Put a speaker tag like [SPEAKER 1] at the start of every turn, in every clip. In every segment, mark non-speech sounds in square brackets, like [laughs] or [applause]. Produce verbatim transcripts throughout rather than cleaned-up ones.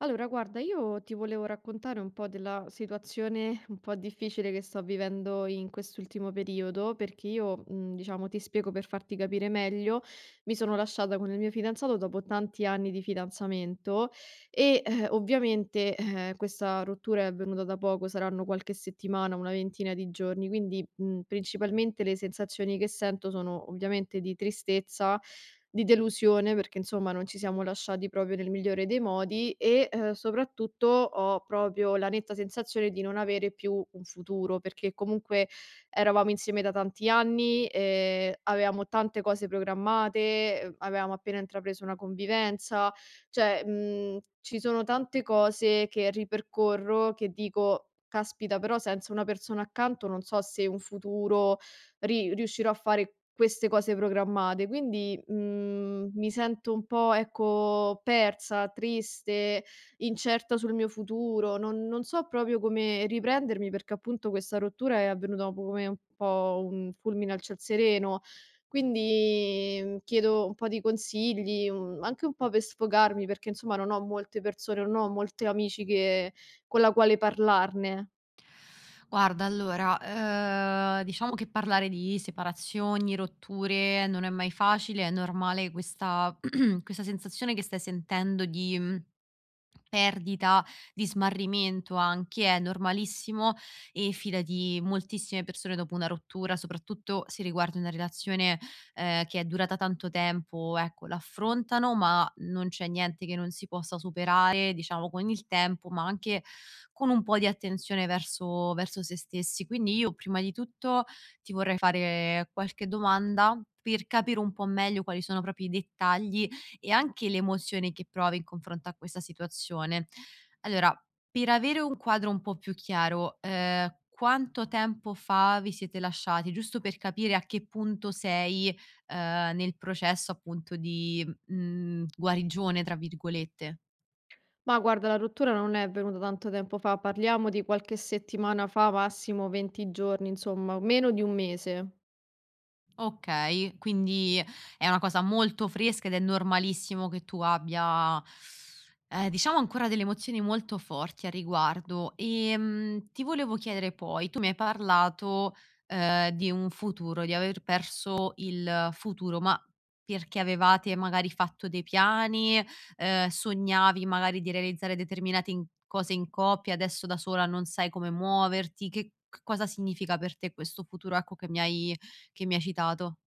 [SPEAKER 1] Allora, guarda, io ti volevo raccontare un po' della situazione un po' difficile che sto vivendo in quest'ultimo periodo, perché io, mh, diciamo, ti spiego per farti capire meglio, mi sono lasciata con il mio fidanzato dopo tanti anni di fidanzamento e eh, ovviamente eh, questa rottura è avvenuta da poco, saranno qualche settimana, una ventina di giorni, quindi mh, principalmente le sensazioni che sento sono ovviamente di tristezza di delusione perché insomma non ci siamo lasciati proprio nel migliore dei modi e, ehm, soprattutto ho proprio la netta sensazione di non avere più un futuro, perché comunque eravamo insieme da tanti anni, ehm, avevamo tante cose programmate, uhm, avevamo appena intrapreso una convivenza, cioè, mhmm, ci sono tante cose che ripercorro che dico: "Caspita, però senza una persona accanto non so se un futuro ri riuscirò a fare queste cose programmate". Quindi, mhmm, mi sento un po', ecco, persa, triste, incerta sul mio futuro, non non so proprio come riprendermi perché appunto questa rottura è avvenuta dopo come un po' un fulmine a ciel sereno. Quindi, mhmm, chiedo un po' di consigli, un anche un po' per sfogarmi perché insomma non ho molte persone, non ho molti amici che con la quale parlarne.
[SPEAKER 2] Guarda, allora, ehm, diciamo che parlare di separazioni, rotture non è mai facile, è normale questa [clears throat] questa sensazione che stai sentendo di, mhmm perdita, di smarrimento anche, è normalissimo e fidati moltissime persone dopo una rottura, soprattutto se riguarda una relazione, ehm, che è durata tanto tempo, ecco, l'affrontano, ma non c'è niente che non si possa superare, diciamo, con il tempo, ma anche con un po' di attenzione verso verso se stessi. Quindi io prima di tutto ti vorrei fare qualche domanda per capire un po' meglio quali sono proprio i dettagli e anche l'emozione che provi in confronto a questa situazione. Allora, per avere un quadro un po' più chiaro, ehm, quanto tempo fa vi siete lasciati? Giusto per capire a che punto sei, ehm, nel processo appunto di, mhmm, "guarigione" tra virgolette.
[SPEAKER 1] Ma guarda, la rottura non è avvenuta tanto tempo fa, parliamo di qualche settimana fa, massimo venti giorni, insomma, meno di un mese.
[SPEAKER 2] Okay, quindi è una cosa molto fresca ed è normalissimo che tu abbia, ehm, diciamo ancora delle emozioni molto forti a riguardo. Ehm, ti volevo chiedere poi, tu mi hai parlato, ehm, di un futuro, di aver perso il futuro, ma perché avevate magari fatto dei piani, ehm, sognavi magari di realizzare determinate in cose in coppia, adesso da sola non sai come muoverti, che c cosa significa per te questo futuro, ecco, che mi hai che mi hai citato.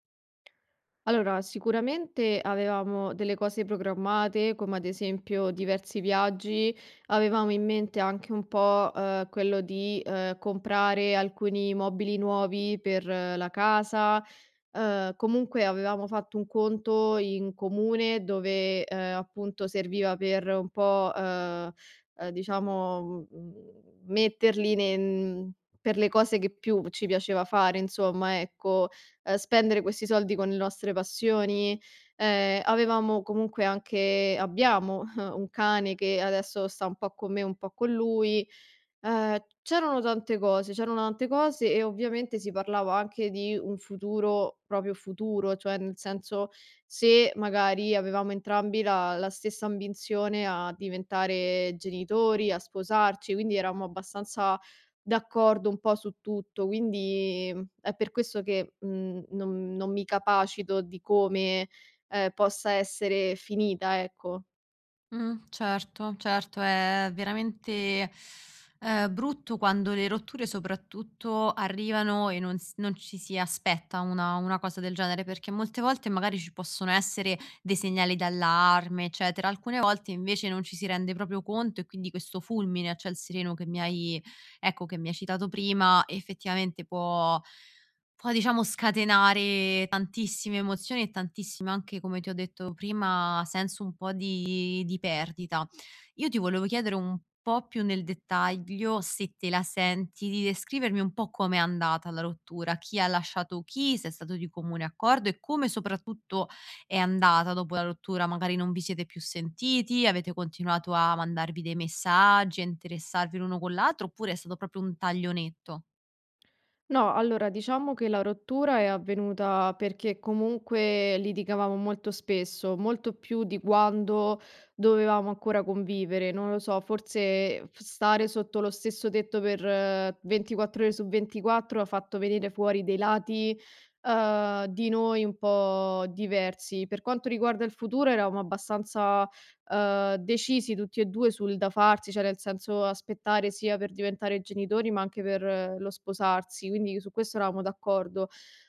[SPEAKER 1] Allora, sicuramente avevamo delle cose programmate, come ad esempio diversi viaggi, avevamo in mente anche un po', eh, quello di, eh, comprare alcuni mobili nuovi per eh, la casa. Eh, comunque avevamo fatto un conto in comune dove, eh, appunto serviva per un po', eh, eh, diciamo, mm, metterli ne- per le cose che più ci piaceva fare, insomma, ecco, ehm, spendere questi soldi con le nostre passioni. Ehm, avevamo comunque anche abbiamo [laughs] un cane che adesso sta un po' con me, un po' con lui. Ehm, c'erano tante cose, c'erano tante cose e ovviamente si parlava anche di un futuro proprio futuro, cioè nel senso se magari avevamo entrambi la la stessa ambizione a diventare genitori, a sposarci, quindi eravamo abbastanza d'accordo un po' su tutto. Quindi, mhmm, è per questo che, mhmm, non non mi capacito di come, ehm, possa essere finita, ecco.
[SPEAKER 2] Mh, certo, certo, è veramente, ehm, brutto quando le rotture soprattutto arrivano e non s non ci si aspetta una una cosa del genere, perché molte volte magari ci possono essere dei segnali d'allarme, eccetera. Alcune volte invece non ci si rende proprio conto e quindi questo fulmine a ciel sereno che mi hai ecco, che mi hai citato prima, effettivamente può può diciamo scatenare tantissime emozioni e tantissime anche, come ti ho detto prima, senso un po' di di perdita. Io ti volevo chiedere un po' più nel dettaglio, se te la senti di descrivermi un po' com'è andata la rottura, chi ha lasciato chi, se è stato di comune accordo e come soprattutto è andata dopo la rottura. Magari non vi siete più sentiti, avete continuato a mandarvi dei messaggi, a interessarvi l'uno con l'altro, oppure è stato proprio un taglionetto?
[SPEAKER 1] No, allora diciamo che la rottura è avvenuta perché comunque litigavamo molto spesso, molto più di quando dovevamo ancora convivere, non lo so, forse f- stare sotto lo stesso tetto per eh, ventiquattro ore su ventiquattro ha fatto venire fuori dei lati eh, di noi un po' diversi. Per quanto riguarda il futuro, eravamo abbastanza ehm, decisi tutti e due sul da farsi, cioè nel senso aspettare sia per diventare genitori, ma anche per eh, lo sposarsi, quindi su questo eravamo d'accordo.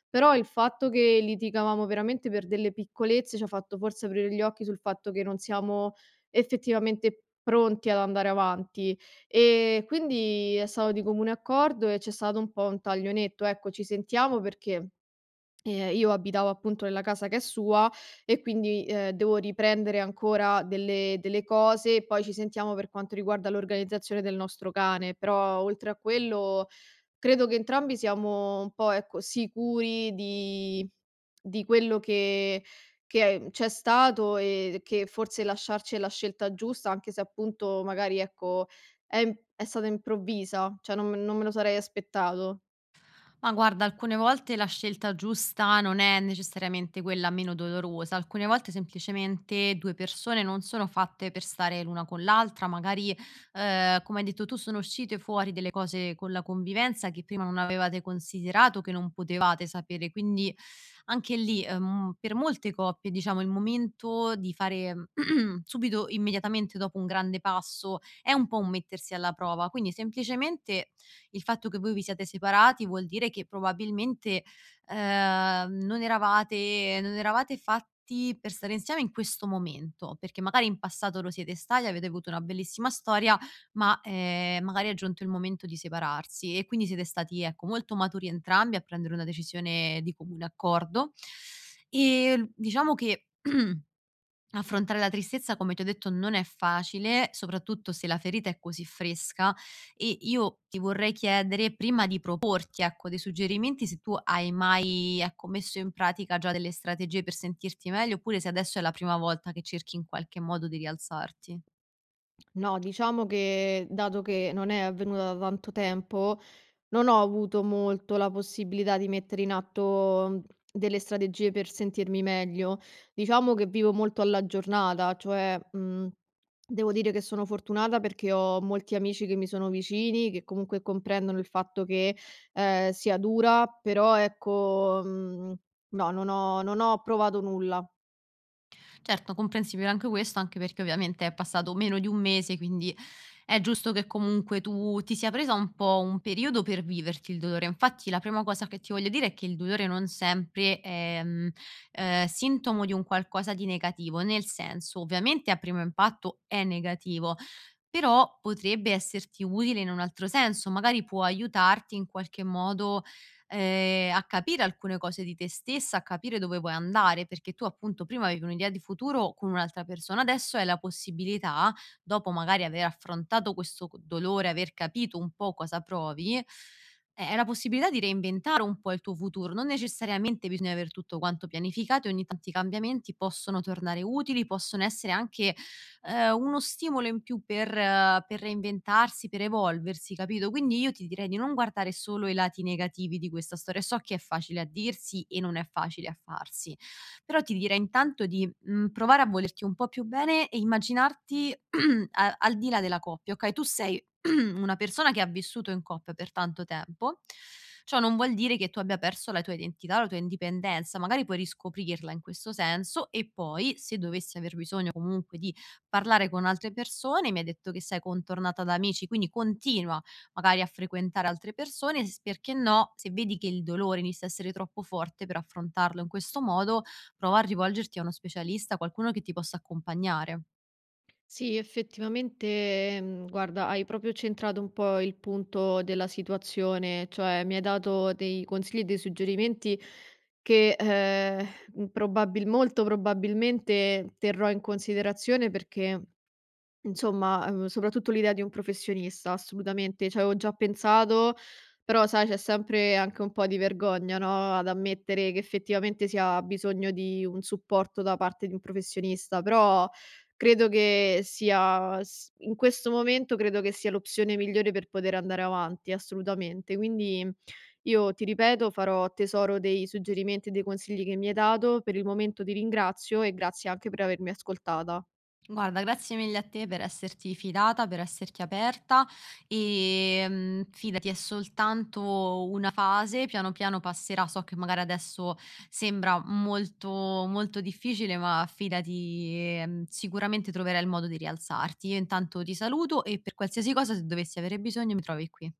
[SPEAKER 1] Però il fatto che litigavamo veramente per delle piccolezze ci ha fatto forse aprire gli occhi sul fatto che non siamo effettivamente pronti ad andare avanti. Ehm, quindi è stato di comune accordo e c'è stato un po' un taglio netto, ecco: "Ci sentiamo perché". Ehm, io abitavo appunto nella casa che è sua e quindi, ehm, devo riprendere ancora delle delle cose e poi ci sentiamo per quanto riguarda l'organizzazione del nostro cane. Però oltre a quello credo che entrambi siamo un po', ecco, sicuri di di quello che che c'è stato e che forse lasciarci è la scelta giusta, anche se appunto magari, ecco, è im è stata improvvisa, cioè non me- non me lo sarei aspettato.
[SPEAKER 2] Ma guarda, alcune volte la scelta giusta non è necessariamente quella meno dolorosa, alcune volte semplicemente due persone non sono fatte per stare l'una con l'altra, magari, ehm, come hai detto tu, sono uscite fuori delle cose con la convivenza che prima non avevate considerato, che non potevate sapere. Quindi anche lì, ehm, per molte coppie, diciamo, il momento di fare [clears throat] subito, immediatamente dopo un grande passo, è un po' un mettersi alla prova. Quindi semplicemente il fatto che voi vi siate separati vuol dire che probabilmente, ehm, non eravate non eravate fatti per stare insieme in questo momento, perché magari in passato lo siete stati, avete avuto una bellissima storia, ma, ehm, magari è giunto il momento di separarsi e quindi siete stati, ecco, molto maturi entrambi a prendere una decisione di comune accordo. E l Diciamo che [clears throat] affrontare la tristezza, come ti ho detto, non è facile, soprattutto se la ferita è così fresca e io ti vorrei chiedere prima di proporti, ecco, dei suggerimenti se tu hai mai, ecco, messo in pratica già delle strategie per sentirti meglio, oppure se adesso è la prima volta che cerchi in qualche modo di rialzarti.
[SPEAKER 1] No, diciamo che dato che non è avvenuta da tanto tempo, non ho avuto molto la possibilità di mettere in atto, mhmm, delle strategie per sentirmi meglio. Diciamo che vivo molto alla giornata, cioè, mhmm, devo dire che sono fortunata perché ho molti amici che mi sono vicini, che comunque comprendono il fatto che, ehm, sia dura, però ecco, mhmm, no, non ho non ho provato nulla.
[SPEAKER 2] Certo, comprensibile anche questo, anche perché ovviamente è passato meno di un mese, quindi è giusto che comunque tu ti sia presa un po' un periodo per viverti il dolore. Infatti, la prima cosa che ti voglio dire è che il dolore non sempre è mm, eh, sintomo di un qualcosa di negativo, nel senso, ovviamente a primo impatto è negativo. Però potrebbe esserti utile in un altro senso, magari può aiutarti in qualche modo ehm, a capire alcune cose di te stessa, a capire dove vuoi andare, perché tu appunto prima avevi un'idea di futuro con un'altra persona, adesso hai la possibilità, dopo magari aver affrontato questo c dolore, aver capito un po' cosa provi, eh, hai la possibilità di reinventare un po' il tuo futuro. Non necessariamente bisogna aver tutto quanto pianificato e ogni tanto i cambiamenti possono tornare utili, possono essere anche ehm, uno stimolo in più per eh, per reinventarsi, per evolversi, capito? Quindi io ti direi di non guardare solo i lati negativi di questa storia. So che è facile a dirsi e non è facile a farsi, però ti direi intanto di, mhmm, provare a volerti un po' più bene e immaginarti [clears throat] a al di là della coppia, okay? Tu sei [clears throat] una persona che ha vissuto in coppia per tanto tempo. Ciò non vuol dire che tu abbia perso la tua identità, la tua indipendenza, magari puoi riscoprirla in questo senso e poi, se dovessi aver bisogno comunque di parlare con altre persone, mi hai detto che sei contornata da amici, quindi continua magari a frequentare altre persone, s perché no, se vedi che il dolore inizia a essere troppo forte per affrontarlo in questo modo, prova a rivolgerti a uno specialista, qualcuno che ti possa accompagnare.
[SPEAKER 1] Sì, effettivamente, mhmm, guarda, hai proprio centrato un po' il punto della situazione, cioè mi hai dato dei consigli e dei suggerimenti che, ehm, probabil molto probabilmente terrò in considerazione perché insomma, ehm, soprattutto l'idea di un professionista, assolutamente. Ci avevo già pensato, però sai c'è sempre anche un po' di vergogna, no, ad ammettere che effettivamente si ha bisogno di un supporto da parte di un professionista, però credo che sia s in questo momento credo che sia l'opzione migliore per poter andare avanti, assolutamente. Quindi io, ti ripeto, farò tesoro dei suggerimenti e dei consigli che mi hai dato. Per il momento ti ringrazio e grazie anche per avermi ascoltata.
[SPEAKER 2] Guarda, grazie mille a te per esserti fidata, per esserti aperta e, mhmm, fidati è soltanto una fase, piano piano passerà. So che magari adesso sembra molto, molto difficile, ma fidati, ehm, sicuramente troverai il modo di rialzarti. Io intanto ti saluto e per qualsiasi cosa, se dovessi avere bisogno, mi trovi qui.